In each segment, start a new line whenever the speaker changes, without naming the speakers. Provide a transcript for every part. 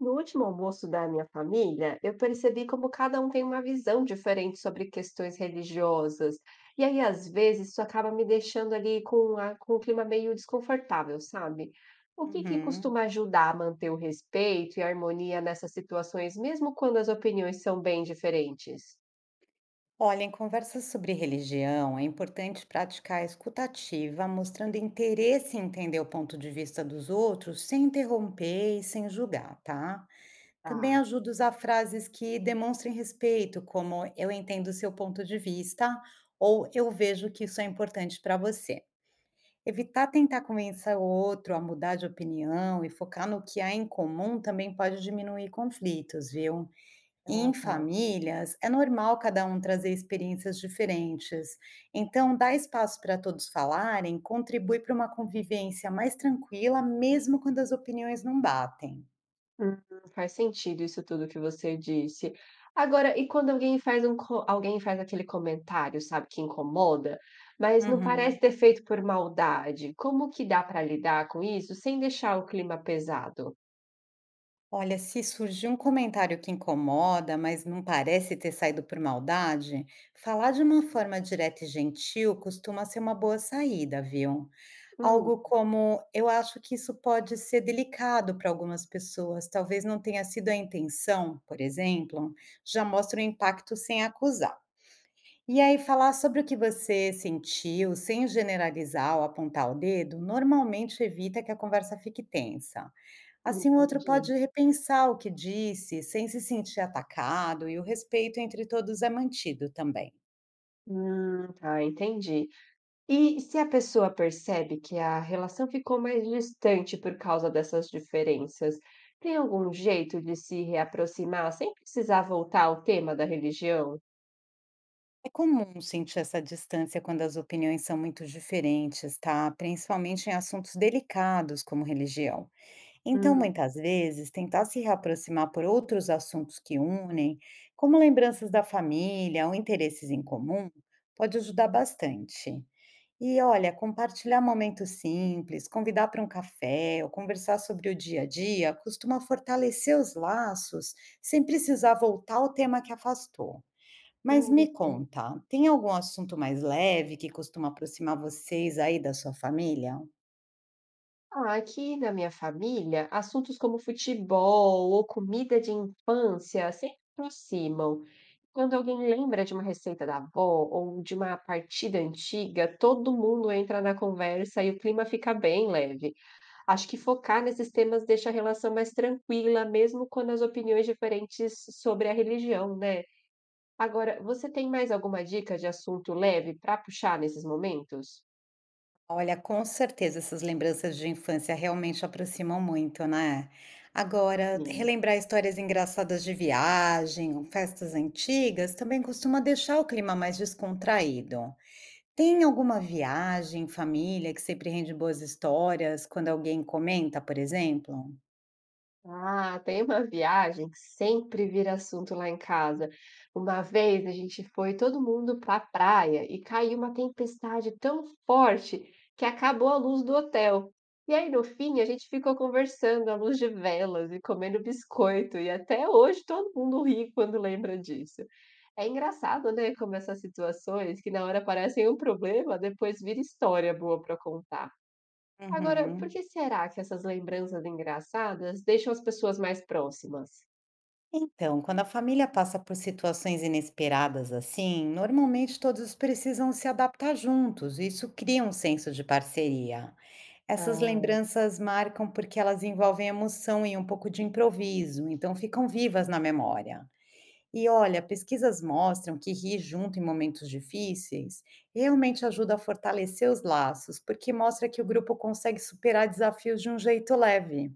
No último almoço da minha família, eu percebi como cada um tem uma visão diferente sobre questões religiosas. E aí, às vezes, isso acaba me deixando ali com um clima meio desconfortável, sabe? O que que
Uhum.
costuma ajudar a manter o respeito e a harmonia nessas situações, mesmo quando as opiniões são bem diferentes?
Olha, em conversas sobre religião, é importante praticar a escuta mostrando interesse em entender o ponto de vista dos outros, sem interromper e sem julgar, tá? Também
Tá,
ajuda a usar frases que demonstrem respeito, como eu entendo o seu ponto de vista, ou eu vejo que isso é importante para você. Evitar tentar convencer o outro a mudar de opinião e focar no que há em comum também pode diminuir conflitos, viu?
ah,
Em
tá.
famílias, é normal cada um trazer experiências diferentes. Então, dar espaço para todos falarem contribui para uma convivência mais tranquila, mesmo quando as opiniões não batem.
Hum, faz sentido isso tudo que você disse. Agora, e quando alguém faz aquele comentário, sabe, que incomoda, mas não
Uhum.
parece ter feito por maldade, como que dá para lidar com isso sem deixar o clima pesado?
Olha, se surgir um comentário que incomoda, mas não parece ter saído por maldade, falar de uma forma direta e gentil costuma ser uma boa saída, viu?
Hum,
Algo como: Eu acho que isso pode ser delicado para algumas pessoas, talvez não tenha sido a intenção, por exemplo, já mostra o impacto sem acusar. E aí, falar sobre o que você sentiu, sem generalizar ou apontar o dedo, normalmente evita que a conversa fique tensa. Assim, o outro pode
entendi.
repensar o que disse, sem se sentir atacado, e o respeito entre todos é mantido também.
Tá, entendi. E se a pessoa percebe que a relação ficou mais distante por causa dessas diferenças, tem algum jeito de se reaproximar sem precisar voltar ao tema da religião?
É comum sentir essa distância quando as opiniões são muito diferentes, tá? Principalmente em assuntos delicados como religião. Então, muitas vezes, tentar se reaproximar por outros assuntos que unem, como lembranças da família ou interesses em comum, pode ajudar bastante. E olha, compartilhar momentos simples, convidar para um café ou conversar sobre o dia a dia costuma fortalecer os laços sem precisar voltar ao tema que afastou.
Eu
Mas
não
me
gostei.
conta, tem algum assunto mais leve que costuma aproximar vocês aí da sua família?
Ah, aqui na minha família, assuntos como futebol ou comida de infância sempre aproximam. Quando alguém lembra de uma receita da avó ou de uma partida antiga, todo mundo entra na conversa e o clima fica bem leve. Acho que focar nesses temas deixa a relação mais tranquila, mesmo quando as opiniões diferentes sobre a religião, né? Agora, você tem mais alguma dica de assunto leve para puxar nesses momentos?
Olha, com certeza essas lembranças de infância realmente aproximam muito, né? Agora,
Sim.
relembrar histórias engraçadas de viagem, ou festas antigas, também costuma deixar o clima mais descontraído. Tem alguma viagem, família, que sempre rende boas histórias quando alguém comenta, por exemplo?
Ah, tem uma viagem que sempre vira assunto lá em casa. Uma vez a gente foi todo mundo para a praia e caiu uma tempestade tão forte que acabou a luz do hotel. E aí, no fim, a gente ficou conversando à luz de velas e comendo biscoito, e até hoje todo mundo ri quando lembra disso. É engraçado, né, como essas situações que na hora parecem um problema, depois vira história boa para contar. Agora, por
Uhum.
que será que essas lembranças engraçadas deixam as pessoas mais próximas?
Então, quando a família passa por situações inesperadas assim, normalmente todos precisam se adaptar juntos, e isso cria um senso de parceria. Essas
Ah,
lembranças marcam porque elas envolvem emoção e um pouco de improviso, então ficam vivas na memória. E olha, pesquisas mostram que rir junto em momentos difíceis realmente ajuda a fortalecer os laços, porque mostra que o grupo consegue superar desafios de um jeito leve.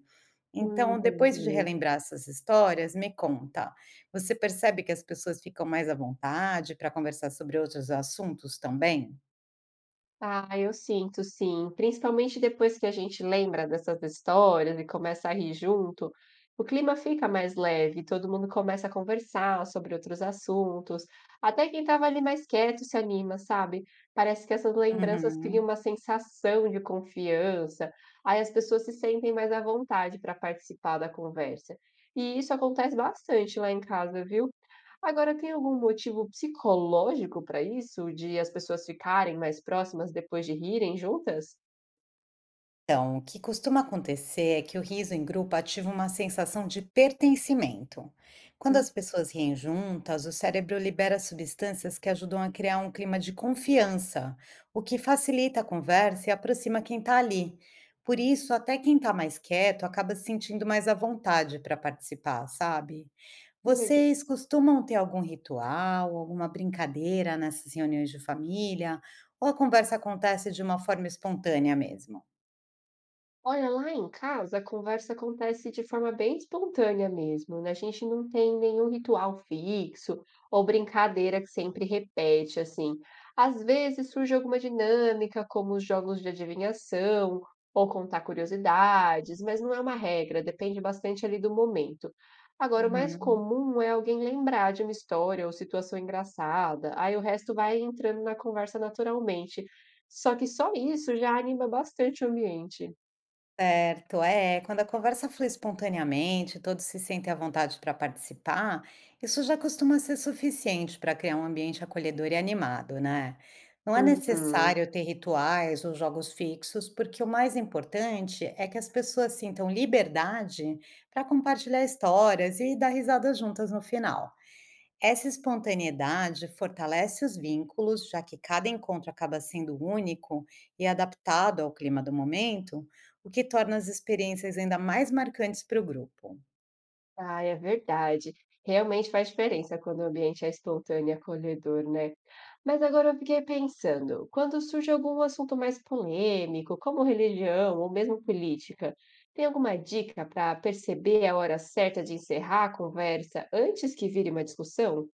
Então, depois de
entendi.
relembrar essas histórias, me conta, você percebe que as pessoas ficam mais à vontade para conversar sobre outros assuntos também?
Ah, eu sinto sim, principalmente depois que a gente lembra dessas histórias e começa a rir junto, o clima fica mais leve, todo mundo começa a conversar sobre outros assuntos, até quem estava ali mais quieto se anima, sabe? Parece que essas lembranças criam
Uhum.
uma sensação de confiança, aí as pessoas se sentem mais à vontade para participar da conversa. E isso acontece bastante lá em casa, viu? Agora, tem algum motivo psicológico para isso? De as pessoas ficarem mais próximas depois de rirem juntas?
Então, o que costuma acontecer é que o riso em grupo ativa uma sensação de pertencimento. Quando
Hum,
as pessoas riem juntas, o cérebro libera substâncias que ajudam a criar um clima de confiança, o que facilita a conversa e aproxima quem está ali. Por isso, até quem está mais quieto acaba se sentindo mais à vontade para participar, sabe?
que legal.
Vocês costumam ter algum ritual, alguma brincadeira nessas reuniões de família? Ou a conversa acontece de uma forma espontânea mesmo?
Olha, lá em casa a conversa acontece de forma bem espontânea mesmo, né, a gente não tem nenhum ritual fixo ou brincadeira que sempre repete, assim. Às vezes surge alguma dinâmica, como os jogos de adivinhação ou contar curiosidades, mas não é uma regra, depende bastante ali do momento. Agora, o mais
Uhum.
comum é alguém lembrar de uma história ou situação engraçada, aí o resto vai entrando na conversa naturalmente. Só que só isso já anima bastante o ambiente.
Certo, é. Quando a conversa flui espontaneamente, todos se sentem à vontade para participar, isso já costuma ser suficiente para criar um ambiente acolhedor e animado, né? Não é
Uhum.
necessário ter rituais ou jogos fixos, porque o mais importante é que as pessoas sintam liberdade para compartilhar histórias e dar risadas juntas no final. Essa espontaneidade fortalece os vínculos, já que cada encontro acaba sendo único e adaptado ao clima do momento, o que torna as experiências ainda mais marcantes para o grupo.
Ah, é verdade. Realmente faz diferença quando o ambiente é espontâneo e acolhedor, né. Mas agora eu fiquei pensando, quando surge algum assunto mais polêmico, como religião ou mesmo política, tem alguma dica para perceber a hora certa de encerrar a conversa antes que vire uma discussão?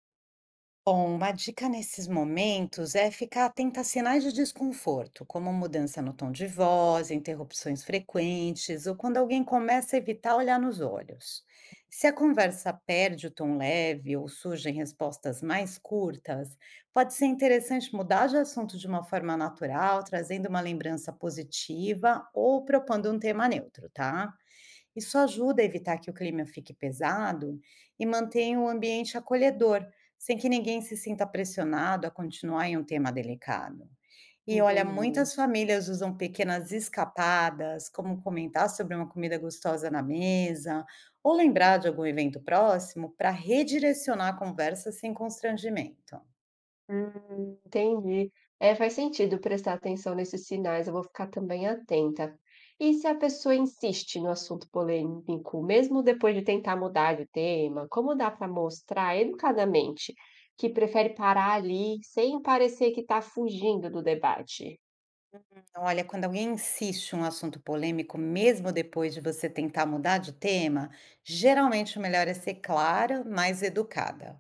Bom, uma dica nesses momentos é ficar atenta a sinais de desconforto, como mudança no tom de voz, interrupções frequentes ou quando alguém começa a evitar olhar nos olhos. Se a conversa perde o tom leve ou surgem respostas mais curtas, pode ser interessante mudar de assunto de uma forma natural, trazendo uma lembrança positiva ou propondo um tema neutro, tá? Isso ajuda a evitar que o clima fique pesado e mantém o ambiente acolhedor, sem que ninguém se sinta pressionado a continuar em um tema delicado. E olha,
Entendi.
muitas famílias usam pequenas escapadas, como comentar sobre uma comida gostosa na mesa, ou lembrar de algum evento próximo, para redirecionar a conversa sem constrangimento.
Entendi. É, faz sentido prestar atenção nesses sinais, eu vou ficar também atenta. E se a pessoa insiste no assunto polêmico, mesmo depois de tentar mudar de tema, como dá para mostrar educadamente que prefere parar ali sem parecer que está fugindo do debate?
Olha, quando alguém insiste em um assunto polêmico, mesmo depois de você tentar mudar de tema, geralmente o melhor é ser clara, mais educada.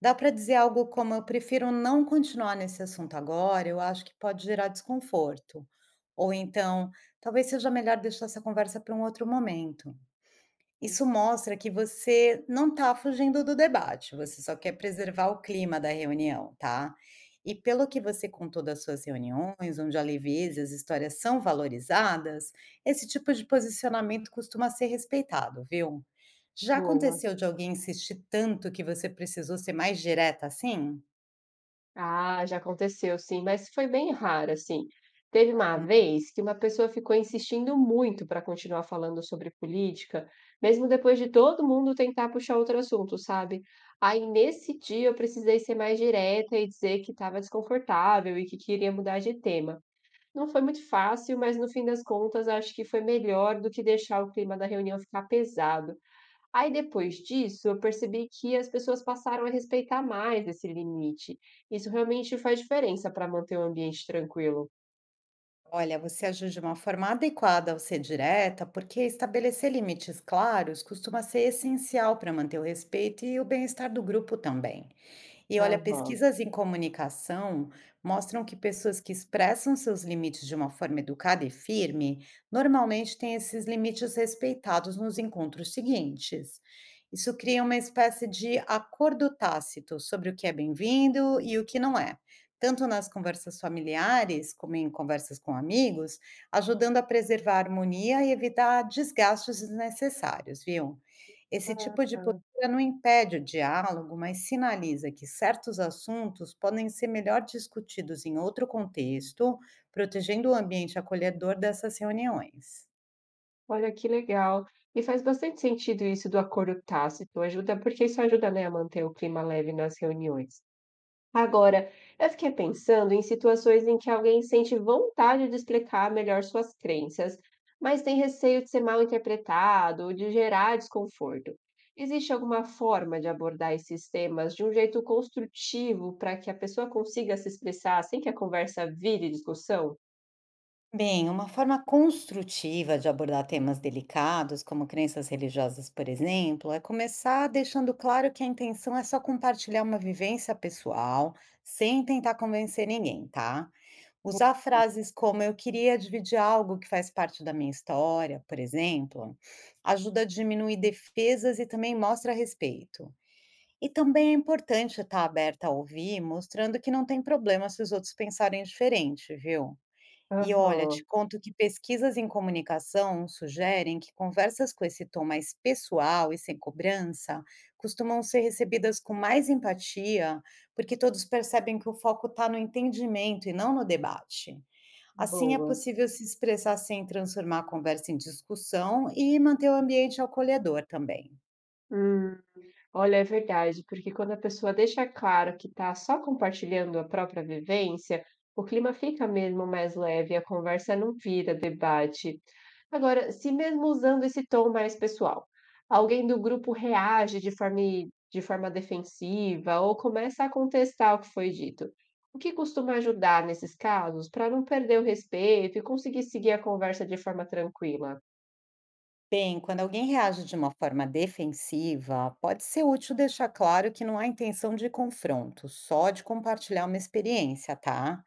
Dá para dizer algo como: Eu prefiro não continuar nesse assunto agora, eu acho que pode gerar desconforto. Ou então, talvez seja melhor deixar essa conversa para um outro momento. Isso mostra que você não está fugindo do debate, você só quer preservar o clima da reunião, tá? E pelo que você contou das suas reuniões, onde a leveza e as histórias são valorizadas, esse tipo de posicionamento costuma ser respeitado, viu? Já
Boa.
aconteceu de alguém insistir tanto que você precisou ser mais direta assim?
Ah, já aconteceu sim, mas foi bem raro, assim. Teve uma
Uhum.
vez que uma pessoa ficou insistindo muito para continuar falando sobre política, mesmo depois de todo mundo tentar puxar outro assunto, sabe? Aí nesse dia eu precisei ser mais direta e dizer que estava desconfortável e que queria mudar de tema. Não foi muito fácil, mas no fim das contas acho que foi melhor do que deixar o clima da reunião ficar pesado. Aí depois disso, eu percebi que as pessoas passaram a respeitar mais esse limite. Isso realmente faz diferença para manter o ambiente tranquilo.
Olha, você agiu de uma forma adequada ao ser direta, porque estabelecer limites claros costuma ser essencial para manter o respeito e o bem-estar do grupo também. E olha,
Aham.
pesquisas em comunicação mostram que pessoas que expressam seus limites de uma forma educada e firme, normalmente têm esses limites respeitados nos encontros seguintes. Isso cria uma espécie de acordo tácito sobre o que é bem-vindo e o que não é, tanto nas conversas familiares como em conversas com amigos, ajudando a preservar a harmonia e evitar desgastes desnecessários, viu? Esse
Ah,
tipo de
tá.
ela não impede o diálogo, mas sinaliza que certos assuntos podem ser melhor discutidos em outro contexto, protegendo o ambiente acolhedor dessas reuniões.
Olha que legal. E faz bastante sentido isso do acordo tácito, ajuda porque isso ajuda, né, a manter o clima leve nas reuniões. Agora, eu fiquei pensando em situações em que alguém sente vontade de explicar melhor suas crenças, mas tem receio de ser mal interpretado ou de gerar desconforto. Existe alguma forma de abordar esses temas de um jeito construtivo para que a pessoa consiga se expressar sem que a conversa vire discussão?
Bem, uma forma construtiva de abordar temas delicados, como crenças religiosas, por exemplo, é começar deixando claro que a intenção é só compartilhar uma vivência pessoal, sem tentar convencer ninguém, tá? Usar frases como eu queria dividir algo que faz parte da minha história, por exemplo, ajuda a diminuir defesas e também mostra respeito. E também é importante estar aberta a ouvir, mostrando que não tem problema se os outros pensarem diferente, viu? E olha, te
Aham,
conto que pesquisas em comunicação sugerem que conversas com esse tom mais pessoal e sem cobrança costumam ser recebidas com mais empatia, porque todos percebem que o foco está no entendimento e não no debate. Assim, é
boa.
possível se expressar sem transformar a conversa em discussão e manter o ambiente acolhedor também.
Olha, é verdade, porque quando a pessoa deixa claro que está só compartilhando a própria vivência, o clima fica mesmo mais leve, a conversa não vira debate. Agora, se mesmo usando esse tom mais pessoal, alguém do grupo reage de forma defensiva ou começa a contestar o que foi dito, o que costuma ajudar nesses casos para não perder o respeito e conseguir seguir a conversa de forma tranquila?
Bem, quando alguém reage de uma forma defensiva, pode ser útil deixar claro que não há intenção de confronto, só de compartilhar uma experiência, tá?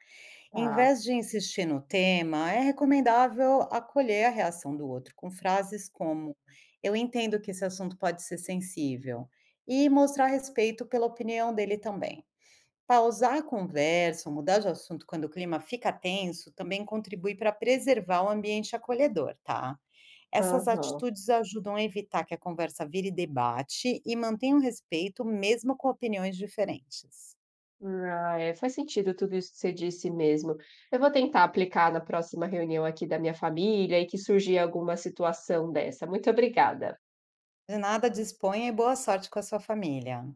Em
Tá.
vez de insistir no tema, é recomendável acolher a reação do outro com frases como: Eu entendo que esse assunto pode ser sensível, e mostrar respeito pela opinião dele também. Pausar a conversa ou mudar de assunto quando o clima fica tenso também contribui para preservar o ambiente acolhedor, tá? Essas
Aham.
atitudes ajudam a evitar que a conversa vire debate e mantenham respeito mesmo com opiniões diferentes.
Ah, é, faz sentido tudo isso que você disse mesmo. Eu vou tentar aplicar na próxima reunião aqui da minha família e que surgir alguma situação dessa. Muito obrigada.
De nada disponha e boa sorte com a sua família.